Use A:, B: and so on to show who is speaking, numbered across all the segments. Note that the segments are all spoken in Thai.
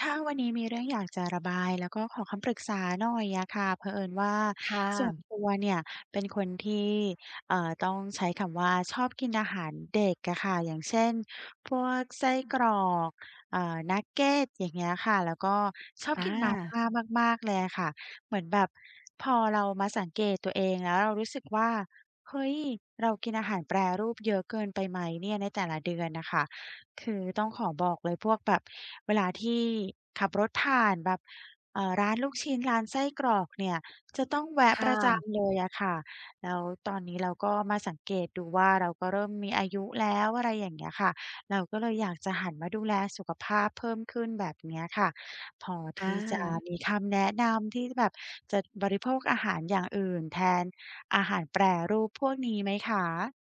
A: ค่ะวันนี้มีเรื่องอยากจะระบายแล้วก็ขอคำปรึกษาหน่อยอะค่ะเผอิญว่า
B: ค่ะ
A: ส่วนตัวเนี่ยเป็นคนที่ต้องใช้คำว่าชอบกินอาหารเด็กอะค่ะอย่างเช่นพวกไส้กรอกนักเกตอย่างเงี้ยค่ะแล้วก็ชอบ
B: อา
A: กินมาม่ามากๆเลยอะค่ะเหมือนแบบพอเรามาสังเกตตัวเองแล้วเรารู้สึกว่าเฮ้ยเรากินอาหารแปรรูปเยอะเกินไปไหมเนี่ยในแต่ละเดือนน่ะค่ะ คือต้องขอบอกเลยพวกแบบเวลาที่ขับรถผ่านแบบร้านลูกชิ้นร้านไส้กรอกเนี่ยจะต้องแวะ
B: ค
A: ประ
B: ่ะ
A: จำเลยอะค่ะแล้วตอนนี้เราก็มาสังเกตดูว่าเราก็เริ่มมีอายุแล้วอะไรอย่างเงี้ยค่ะเราก็เลยอยากจะหันมาดูแลสุขภาพเพิ่มขึ้นแบบเนี้ยค่ะพอ
B: อ
A: ที่จะมี
B: า
A: คำแนะนำที่แบบจะบริโภคอาหารอย่างอื่นแทนอาหารแปรรูปพวกนี้ไหมคะ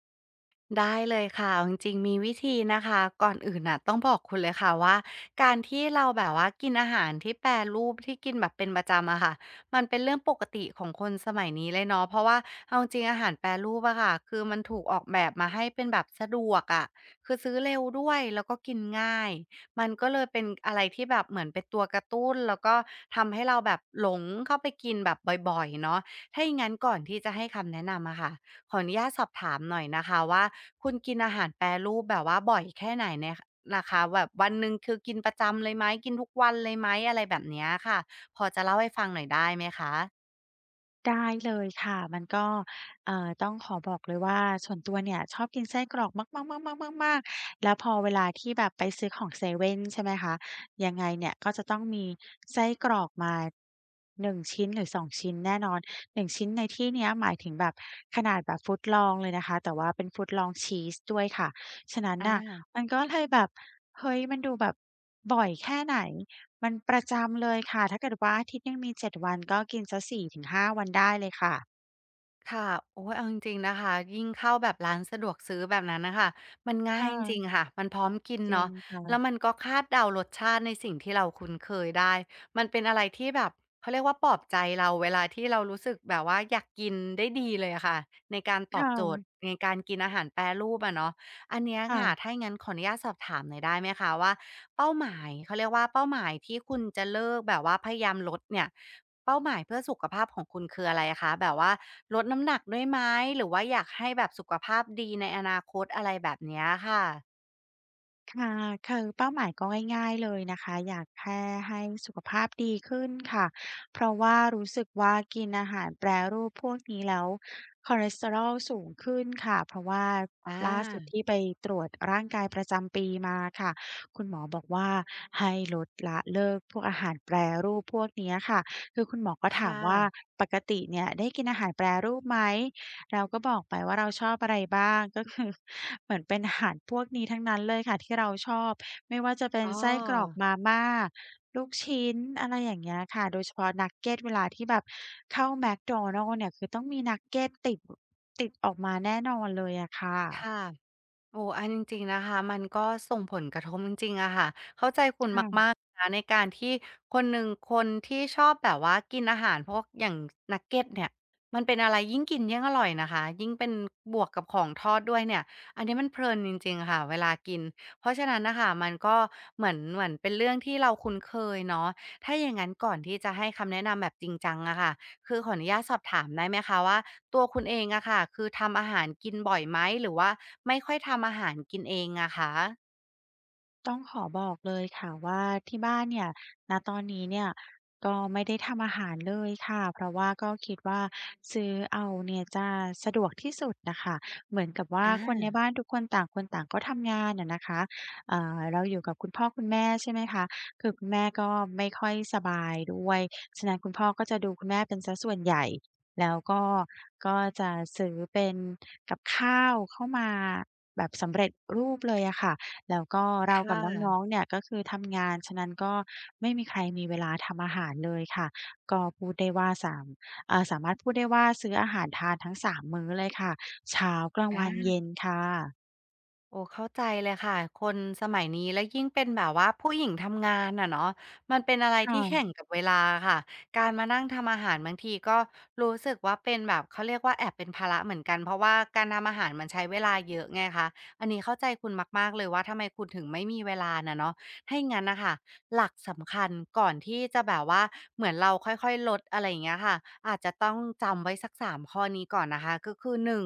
B: ได้เลยค่ะเอาจริงๆมีวิธีนะคะก่อนอื่นน่ะต้องบอกคุณเลยค่ะว่าการที่เราแบบว่ากินอาหารที่แปรรูปที่กินแบบเป็นประจำอะค่ะมันเป็นเรื่องปกติของคนสมัยนี้เลยเนาะเพราะว่าเอาจริงๆอาหารแปรรูปอะค่ะคือมันถูกออกแบบมาให้เป็นแบบสะดวกอะคือซื้อเร็วด้วยแล้วก็กินง่ายมันก็เลยเป็นอะไรที่แบบเหมือนเป็นตัวกระตุ้นแล้วก็ทำให้เราแบบหลงเข้าไปกินแบบบ่อยๆเนาะถ้าอย่างนั้นก่อนที่จะให้คำแนะนำอะค่ะขออนุญาตสอบถามหน่อยนะคะว่า คุณกินอาหารแปรรูปแบบว่าบ่อยแค่ไหนเนี่ยนะคะแบบวันหนึ่งคือกินประจำเลยไหมกินทุกวันเลยไหมอะไรแบบเนี้ยค่ะพอจะเล่าให้ฟังหน่อยได้ไหมคะ
A: ได้เลยค่ะ มันก็ต้องขอบอกเลยว่าส่วนตัวเนี่ยชอบกินไส้กรอกมากๆๆๆๆๆแล้วพอเวลาที่แบบไปซื้อของเซเว่นใช่ไหมคะ ยังไงเนี่ยก็จะต้องมีไส้กรอกมา1ชิ้นหรือ2ชิ้นแน่นอน1ชิ้นในที่เนี้ยหมายถึงแบบขนาดแบบ foot long เลยนะคะแต่ว่าเป็น foot long cheese ด้วยค่ะ ฉะนั้น
B: อ
A: น่ะ
B: า
A: มันก็เลยแบบเฮ้ยมันดูแบบบ่อยแค่ไหน มันประจำเลยค่ะ ถ้าเกิดว่าอาทิตย์หนึ่งมี7วันก็กินสัก4-5วันได้เลยค่ะ
B: ค่ะโอ้ยเอาจริงๆนะคะยิ่งเข้าแบบร้านสะดวกซื้อแบบนั้นนะคะมัน
A: ค
B: ง่ายจริง
A: ่ะ
B: ๆค่ะมันพร้อมกิน
A: จริ
B: เนาะ
A: งค่ะ
B: แล้วมันก็คาดเดารสชาติในสิ่งที่เราคุ้นเคยได้มันเป็นอะไรที่แบบเขาเรียกว่าปลอบใจเราเวลาที่เรารู้สึกแบบว่าอยากกินได้ดีเลยอะค่ะในการตอบโจท
A: ค่ะ
B: ย์ในการกินอาหารแปรรูปอะเนาะอันเนี้ยค่ะ
A: ค่ะ
B: ถ้าอย่างนั้นขออนุญาตสอบถามหน่อยได้ไหมคะว่าเป้าหมายเขาเรียกว่าเป้าหมายที่คุณจะเลิกแบบว่าพยายามลดเนี่ยเป้าหมายเพื่อสุขภาพของคุณคืออะไรคะแบบว่า ลดน้ำหนักด้วยไหมหรือว่าอยากให้แบบสุขภาพดีในอนาคตอะไรแบบเนี้ยค่ะ
A: ค่ะคือเป้าหมายก็ง่ายๆเลยนะคะอยากแค่ให้สุขภาพดีขึ้นค่ะเพราะว่ารู้สึกว่ากินอาหารแปรรูปพวกนี้แล้วคอเลสเตอรอลสูงขึ้นค่ะเพราะว่า
B: อา
A: ล่าสุดที่ไปตรวจร่างกายประจำปีมาค่ะคุณหมอบอกว่าให้ลดละเลิกพวกอาหารแปรรูปพวกเนี้ยค่ะคือคุณหมอก็
B: ค
A: ถามว่า
B: ่ะ
A: ปกติเนี่ยได้กินอาหารแปรรูปไหม เราก็บอกไปว่าเราชอบอะไรบ้างก็ คือ เหมือนเป็นอาหารพวกนี้ทั้งนั้นเลยค่ะที่เราชอบไม่ว่าจะเป็
B: อ๋
A: น
B: อ
A: ไส้กรอกมาม่าลูกชิ้นอะไรอย่างเงี้ยค่ะโดยเฉพาะนักเก็ตเวลาที่แบบเข้าแม็กโดนัลด์เนี่ยคือต้องมีนักเกตติดออกมาแน่นอนเลยอะ
B: ค่ะ โอ้อันจริงๆนะคะมันก็ส่งผลกระทบจริงๆอะค่ะเข้าใจคุณ
A: ค่ะ
B: มากๆนะในการที่คนหนึ่งคนที่ชอบแบบว่ากินอาหารพวกอย่างนักเก็ตเนี่ยมันเป็นอะไรยิ่งกินยิ่งอร่อยนะคะยิ่งเป็นบวกกับของทอดด้วยเนี่ยอันนี้มันเพลินจริงๆค่ะเวลากินเพราะฉะนั้นน่ะค่ะมันก็เหมือนเป็นเรื่องที่เราคุ้นเคยเนาะถ้าอย่างงั้นก่อนที่จะให้คำแนะนำแบบจริงจังอะค่ะคือขออนุญาตสอบถามได้ไหมคะว่า ตัวคุณเองอะค่ะคือทำอาหารกินบ่อยไหม หรือว่าไม่ค่อยทำอาหารกินเองอะคะ
A: ต้องขอบอกเลยค่ะว่าที่บ้านเนี่ยณตอนนี้เนี่ยก็ไม่ได้ทำอาหารเลยค่ะเพราะว่าก็คิดว่าซื้อเอาเนี่ยจะสะดวกที่สุดน่ะค่ะเหมือนกับว่าคนใน
B: อา
A: บ้านทุกคนต่างคนต่างก็ทำงานอะนะคะเราอยู่กับคุณพ่อคุณแม่ใช่ไหมคะคือคุณแม่ก็ไม่ค่อยสบายด้วยฉะนั้นคุณพ่อก็จะดูคุณแม่เป็นเสียส่วนใหญ่แล้วก็ก็จะซื้อเป็นกับข้าวเข้ามาแบบสำเร็จรูปเลยอะค่ะ แล้วก็
B: ค
A: เรากับน้อ
B: ่ะ
A: งๆเนี่ยก็คือทำงาน ฉะนั้นก็ไม่มีใครมีเวลาทำอาหารเลยค่ะก็พูดได้ว่าสามารถพูดได้ว่าซื้ออาหารทานทั้ง3มมื้อเลยค่ะ เช้ากลางวัน
B: อา
A: เย็นค่ะ
B: โอ้เข้าใจเลยค่ะคนสมัยนี้แล้วยิ่งเป็นแบบว่าผู้หญิงทำงานน่ะเนาะมันเป็นอะไร
A: ค
B: ที่แข่ง
A: ่ะ
B: กับเวลาค่ะการมานั่งทำอาหารบางทีก็รู้สึกว่าเป็นแบบเขาเรียกว่าแอบเป็นภาระเหมือนกันเพราะว่าการทำอาหารมันใช้เวลาเยอะไงคะอันนี้เข้าใจคุณมากๆเลยว่าทำไมคุณถึงไม่มีเวลาน่ะเนาะถ้าอย่างงั้นน่ะค่ะหลักสำคัญก่อนที่จะแบบว่าเหมือนเราค่อยๆลดอะไรอย่างเงี้ยค่ะอาจจะต้องจำไว้สักสามข้อนี้ก่อนนะคะก็คือหนึ่ง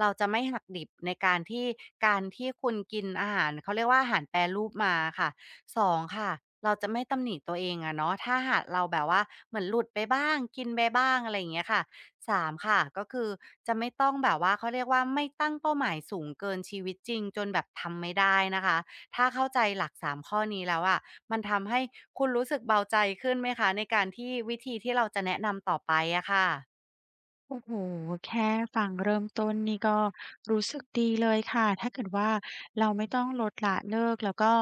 B: เราจะไม่หักดิบในการที่การที่คุณกินอาหารเขาเรียกว่าอาหารแปรรูปมาค่ะ2ค่ะเราจะไม่ตำหนิตัวเองอะเนาะถ้าหากเราแบบว่าเหมือนหลุดไปบ้างกินไปบ้างอะไรอย่างเงี้ยค่ะ3ค่ะก็คือจะไม่ต้องแบบว่าเขาเรียกว่าไม่ตั้งเป้าหมายสูงเกินชีวิตจริงจนแบบทำไม่ได้นะคะถ้าเข้าใจหลัก3ข้อนี้แล้วอะมันทำให้คุณรู้สึกเบาใจขึ้นไหมคะในการที่วิธีที่เราจะแนะนำต่อไปอะค่ะ
A: โอ้โฮแค่ฟังเริ่มต้นนี่ก็รู้สึกดีเลยค่ะ ถ้าเกิดว่าเราไม่ต้องลดละเลิกแล้วก็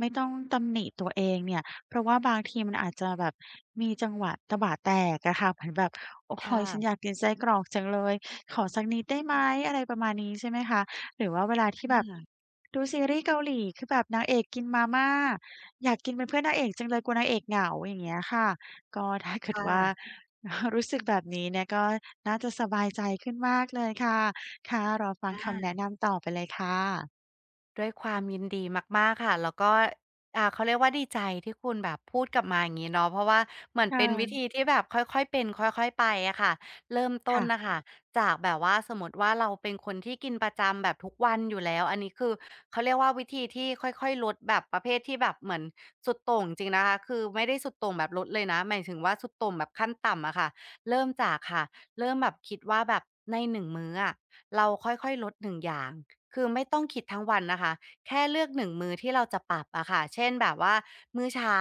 A: ไม่ต้องตำหนิตัวเองเนี่ย เพราะว่าบางทีมันอาจจะแบบมีจังหวะตะบะแตกอะค่ะเหมือนแบบโอ๊
B: ค่ะ
A: ยฉันอยากกินไส้กรอกจังเลยขอสักนิดได้ไหมอะไรประมาณนี้ใช่ไหมคะหรือว่าเวลาที่แบบดูซีรีส์เกาหลีคือแบบนางเอกกินมาม่าอยากกินเป็นเพื่อนนางเอกจังเลยกลัวนางเอกเหงาอย่างเงี้ยค่ะก็ถ้า
B: ค
A: เกิดว่า
B: ่ะ
A: รู้สึกแบบนี้เนี่ยก็น่าจะสบายใจขึ้นมากเลยค่ะ ค่ะรอฟังคำแนะ
B: อา
A: นำต่อไปเลยค่ะ
B: ด้วยความยินดีมากๆค่ะแล้วก็เขาเรียกว่าดีใจที่คุณแบบพูดกลับมาอย่างงี้เนาะเพราะว่าเหมือน
A: ค
B: เป็นวิธี
A: ่ะ
B: ที่แบบค่อยๆเป็นค่อยๆไปอะค่ะเริ่มต้น
A: ค่ะ
B: น่ะค่ะจากแบบว่าสมมุติว่าเราเป็นคนที่กินประจำแบบทุกวันอยู่แล้วอันนี้คือเขาเรียกว่าวิธีที่ค่อยๆลดแบบประเภทที่แบบเหมือนสุดโต่งจริงๆนะคะคือไม่ได้สุดโต่งแบบลดเลยนะหมายถึงว่าสุดโต่งแบบขั้นต่ำอะค่ะเริ่มจากค่ะเริ่มแบบคิดว่าแบบในหนึ่งมื้ออะเราค่อยๆลดหนึ่งอย่าง คือไม่ต้องคิดทั้งวันนะคะแค่เลือกหนึ่งมื้อที่เราจะปรับอะค่ะเช่นแบบว่ามื้อเช้า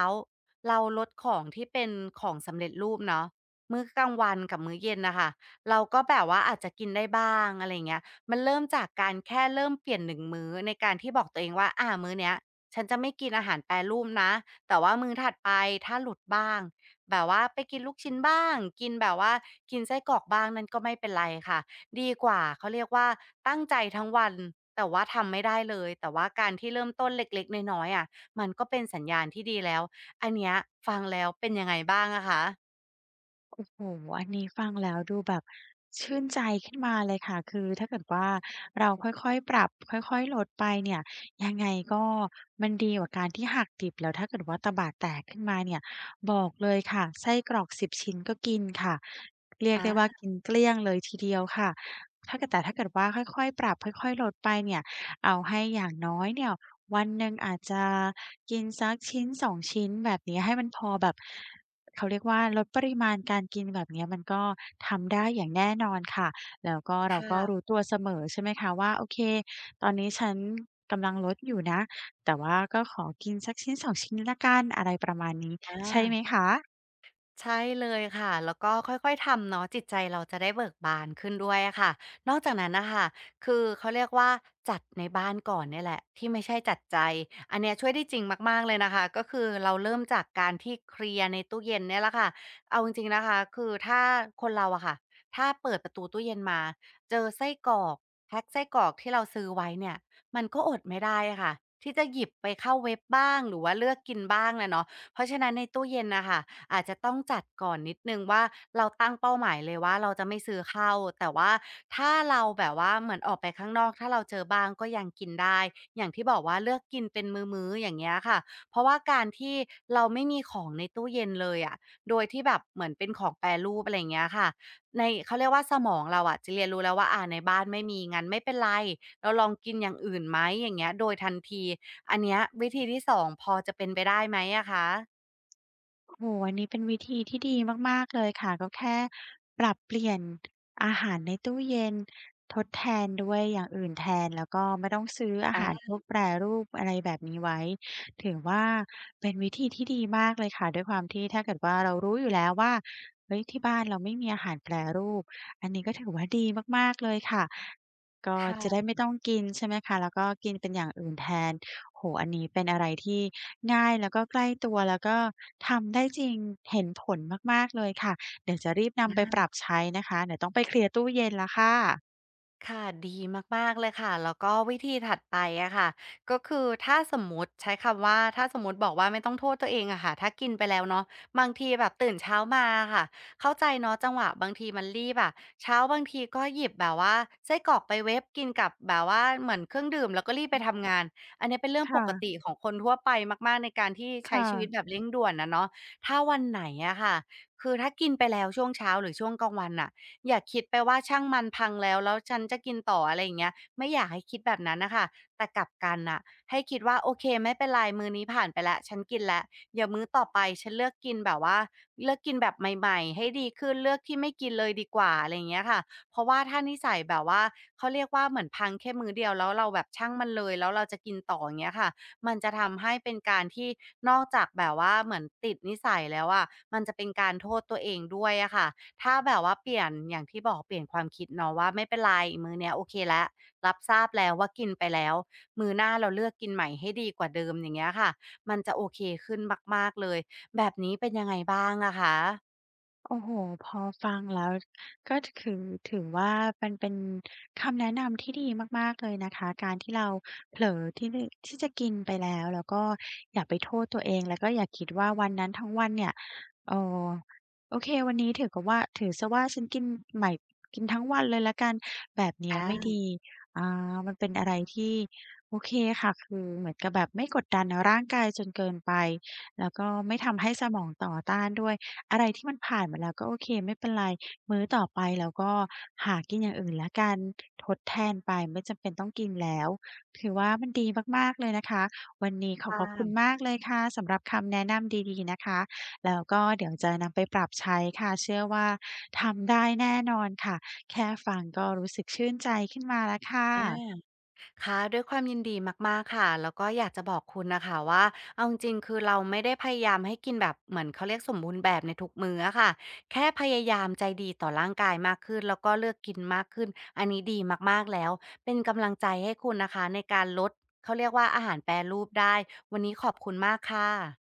B: เราลดของที่เป็นของสำเร็จรูปเนาะมื้อกลางวันกับมื้อเย็นนะคะเราก็แบบว่าอาจจะกินได้บ้างอะไรเงี้ยมันเริ่มจากการแค่เริ่มเปลี่ยนหนึ่งมื้อในการที่บอกตัวเองว่ามื้อเนี้ยฉันจะไม่กินอาหารแปรรูปนะแต่ว่ามื้อถัดไปถ้าหลุดบ้างแบบว่าไปกินลูกชิ้นบ้างกินแบบว่ากินไส้กรอกบ้างนั่นก็ไม่เป็นไรค่ะ ดีกว่าเขาเรียกว่าตั้งใจทั้งวันแต่ว่าทำไม่ได้เลยแต่ว่าการที่เริ่มต้นเล็กๆน้อยๆอะมันก็เป็นสัญญาณที่ดีแล้วอันเนี้ยฟังแล้วเป็นยังไงบ้างอะคะ
A: โอ้โฮอันนี้ฟังแล้วดูแบบชื่นใจขึ้นมาเลยค่ะคือถ้าเกิดว่าเราค่อยๆปรับค่อยๆลดไปเนี่ยยังไงก็มันดีกว่าการที่หักดิบแล้วถ้าเกิดว่าตะบะแตกขึ้นมาเนี่ยบอกเลยค่ะไส้กรอก10ชิ้นก็กินค่ะเรียก
B: อา
A: ได้ว่ากินเกลี้ยงเลยทีเดียวค่ะถ้าเกิดแต่ถ้าเกิดว่าค่อยๆปรับค่อยๆลดไปเนี่ยเอาให้อย่างน้อยเนี่ยวันหนึ่งอาจจะกินสักชิ้นสองชิ้นแบบนี้ให้มันพอแบบ เขาเรียกว่าลดปริมาณการกินแบบเนี้ยมันก็ทำได้อย่างแน่นอนค่ะ แล้วก็
B: ค
A: เราก็รู้
B: ่ะ
A: ตัวเสมอใช่ไหมคะว่าโอเคตอนนี้ฉันกำลังลดอยู่นะแต่ว่าก็ขอกินสัก
B: อา ใช่เลยค่ะแล้วก็ค่อยๆทำเนาะจิตใจเราจะได้เบิกบานขึ้นด้วยอะค่ะนอกจากนั้นนะคะคือเขาเรียกว่าจัดในบ้านก่อนเนี่ยแหละที่ไม่ใช่จัดใจอันเนี้ยช่วยได้จริงมากๆเลยนะคะก็คือเราเริ่มจากการที่เคลียร์ในตู้เย็นเนี่ยแหละค่ะเอาจริงๆนะคะคือถ้าคนเราอะค่ะถ้าเปิดประตูตู้เย็นมาเจอไส้กรอกแพ็คไส้กรอกที่เราซื้อไว้เนี่ยมันก็อดไม่ได้อะค่ะที่จะหยิบไปเข้าเว็บบ้างหรือว่าเลือกกินบ้างนะเนาะ เพราะฉะนั้นในตู้เย็นนะคะอาจจะต้องจัดก่อนนิดนึงว่าเราตั้งเป้าหมายเลยว่าเราจะไม่ซื้อเข้าวแต่ว่าถ้าเราแบบว่าเหมือนออกไปข้างนอกถ้าเราเจอบ้างก็ยังกินได้อย่างที่บอกว่าเลือกกินเป็นมื้อๆอย่างเงี้ยค่ะเพราะว่าการที่เราไม่มีของในตู้เย็นเลยอะโดยที่แบบเหมือนเป็นของแปรรูปอะไรอย่างเงี้ยค่ะในเขาเรียกว่าสมองเราอะจะเรียนรู้แล้วว่าในบ้านไม่มีงั้นไม่เป็นไรเราลองกินอย่างอื่นไหมอย่างเงี้ยโดยทันทีอันเนี้ยวิธีที่สองพอจะเป็นไปได้ไหมอะคะ
A: โอ้โฮอันนี้เป็นวิธีที่ดีมากๆเลยค่ะก็แค่ปรับเปลี่ยนอาหารในตู้เย็นทดแทนด้วยอย่างอื่นแทนแล้วก็ไม่ต้องซื้ออา
B: อา
A: หารพวกแปรรูปอะไรแบบนี้ไว้ถือว่าเป็นวิธีที่ดีมากเลยค่ะด้วยความที่ถ้าเกิดว่าเรารู้อยู่แล้วว่าเฮ้ยที่บ้านเราไม่มีอาหารแปรรูปอันนี้ก็ถือว่าดีมากๆเลยค่ะก็จะได้
B: ค่ะ
A: ไม่ต้องกินใช่ไหมคะแล้วก็กินเป็นอย่างอื่นแทน โออันนี้เป็นอะไรที่ง่ายแล้วก็ใกล้ตัวแล้วก็ทำได้จริงเห็นผลมากๆเลยค่ะเดี๋ยวจะรีบนำไปปรับใช้นะคะเดี๋ยวต้องไปเคลียร์ตู้เย็นแล้วค่ะ
B: ค่ะดีมากๆเลยค่ะ แล้วก็วิธีถัดไปอะค่ะก็คือถ้าสมมุติใช้คำว่าถ้าสมมุติบอกว่าไม่ต้องโทษตัวเองอะค่ะถ้ากินไปแล้วเนาะบางทีแบบตื่นเช้ามาอะค่ะเข้าใจเนาะจังหวะบางทีมันรีบอะเช้าบางทีก็หยิบแบบว่าไส้กรอกไปเวฟกินกับแบบว่าเหมือนเครื่องดื่มแล้วก็รีบไปทำงาน อันนี้เป็นเรื่องป
A: ค่ะ
B: กติของคนทั่วไปมากๆในการที่ใช้ชีวิต
A: ค่ะ
B: แบบเร่งด่วนอะเนาะถ้าวันไหนอะค่ะคือถ้ากินไปแล้วช่วงเช้าหรือช่วงกลางวันน่ะ อย่าคิดไปว่าช่างมันพังแล้วแล้วฉันจะกินต่ออะไรอย่างเงี้ยไม่อยากให้คิดแบบนั้นน่ะค่ะแต่กลับกันน่ะให้คิดว่าโอเคไม่เป็นไรมื้อนี้ผ่านไปแล้วฉันกินแล้วเดี๋ยวมื้อต่อไปฉันเลือกกินแบบว่าเลือกกินแบบใหม่ๆให้ดีขึ้นเลือกที่ไม่กินเลยดีกว่าอะไรอย่างเงี้ยค่ะเพราะว่าถ้านิสัยแบบว่าเขาเรียกว่าเหมือนพังแค่มื้อเดียวแล้วเราแบบช่างมันเลยแล้วเราจะกินต่ออย่างเงี้ยค่ะ มันจะทำให้เป็นการที่นอกจากแบบว่าเหมือนติดนิสัยแล้วอะมันจะเป็นการโทษตัวเองด้วยอะค่ะถ้าแบบว่าเปลี่ยนอย่างที่บอกเปลี่ยนความคิดเนาะว่าไม่เป็นไรมื้อเนี้ยโอเคแล้วรับทราบแล้วว่ากินไปแล้วมื้อหน้าเราเลือกกินใหม่ให้ดีกว่าเดิมอย่างเงี้ยค่ะมันจะโอเคขึ้นมากๆเลยแบบนี้เป็นยังไงบ้างอะคะ
A: โอ้โฮพอฟังแล้วก็ถือถือว่ามันเป็นคำแนะนำที่ดีมากๆเลยนะคะการที่เราเผลอที่นึที่จะกินไปแล้วแล้วก็อย่าไปโทษตัวเองแล้วก็อย่าคิดว่าวันนั้นทั้งวันเนี่ยเอ่อโอเควันนี้ถือกับว่าถือเสียว่าฉันกินใหม่กินทั้งวันเลยแล้วกันแบบเนี้ยไม่
B: อา
A: ดีอ่มันเป็นอะไรที่โอเคค่ะคือเหมือนกับแบบไม่กดดันร่างกายจนเกินไปแล้วก็ไม่ทำให้สมองต่อต้านด้วย อะไรที่มันผ่านมาแล้วก็โอเคไม่เป็นไรมื้อต่อไปเราก็หากินอย่างอื่นแล้วกันทดแทนไปไม่จำเป็นต้องกินแล้วถือว่ามันดีมากๆเลยนะคะวันนี้ขอขอบคุณ
B: ค่ะ
A: มากเลยค่ะสำหรับคำแนะนำดีๆนะคะแล้วก็เดี๋ยวจะนำไปปรับใช้ค่ะเชื่อว่าทำได้แน่นอนค่ะแค่ฟังก็รู้สึกชื่นใจขึ้นมาแล้วค่
B: อา
A: ะ
B: ค่ะด้วยความยินดีมากๆค่ะแล้วก็อยากจะบอกคุณน่ะค่ะว่าเอาจริงๆคือเราไม่ได้พยายามให้กินแบบเหมือนเขาเรียกสมบูรณ์แบบในทุกมื้ออะค่ะแค่พยายามใจดีต่อร่างกายมากขึ้นแล้วก็เลือกกินมากขึ้นอันนี้ดีมากๆแล้วเป็นกำลังใจให้คุณนะคะในการลดเขาเรียกว่าอาหารแปรรูปได้วันนี้ขอบคุณมากค่ะ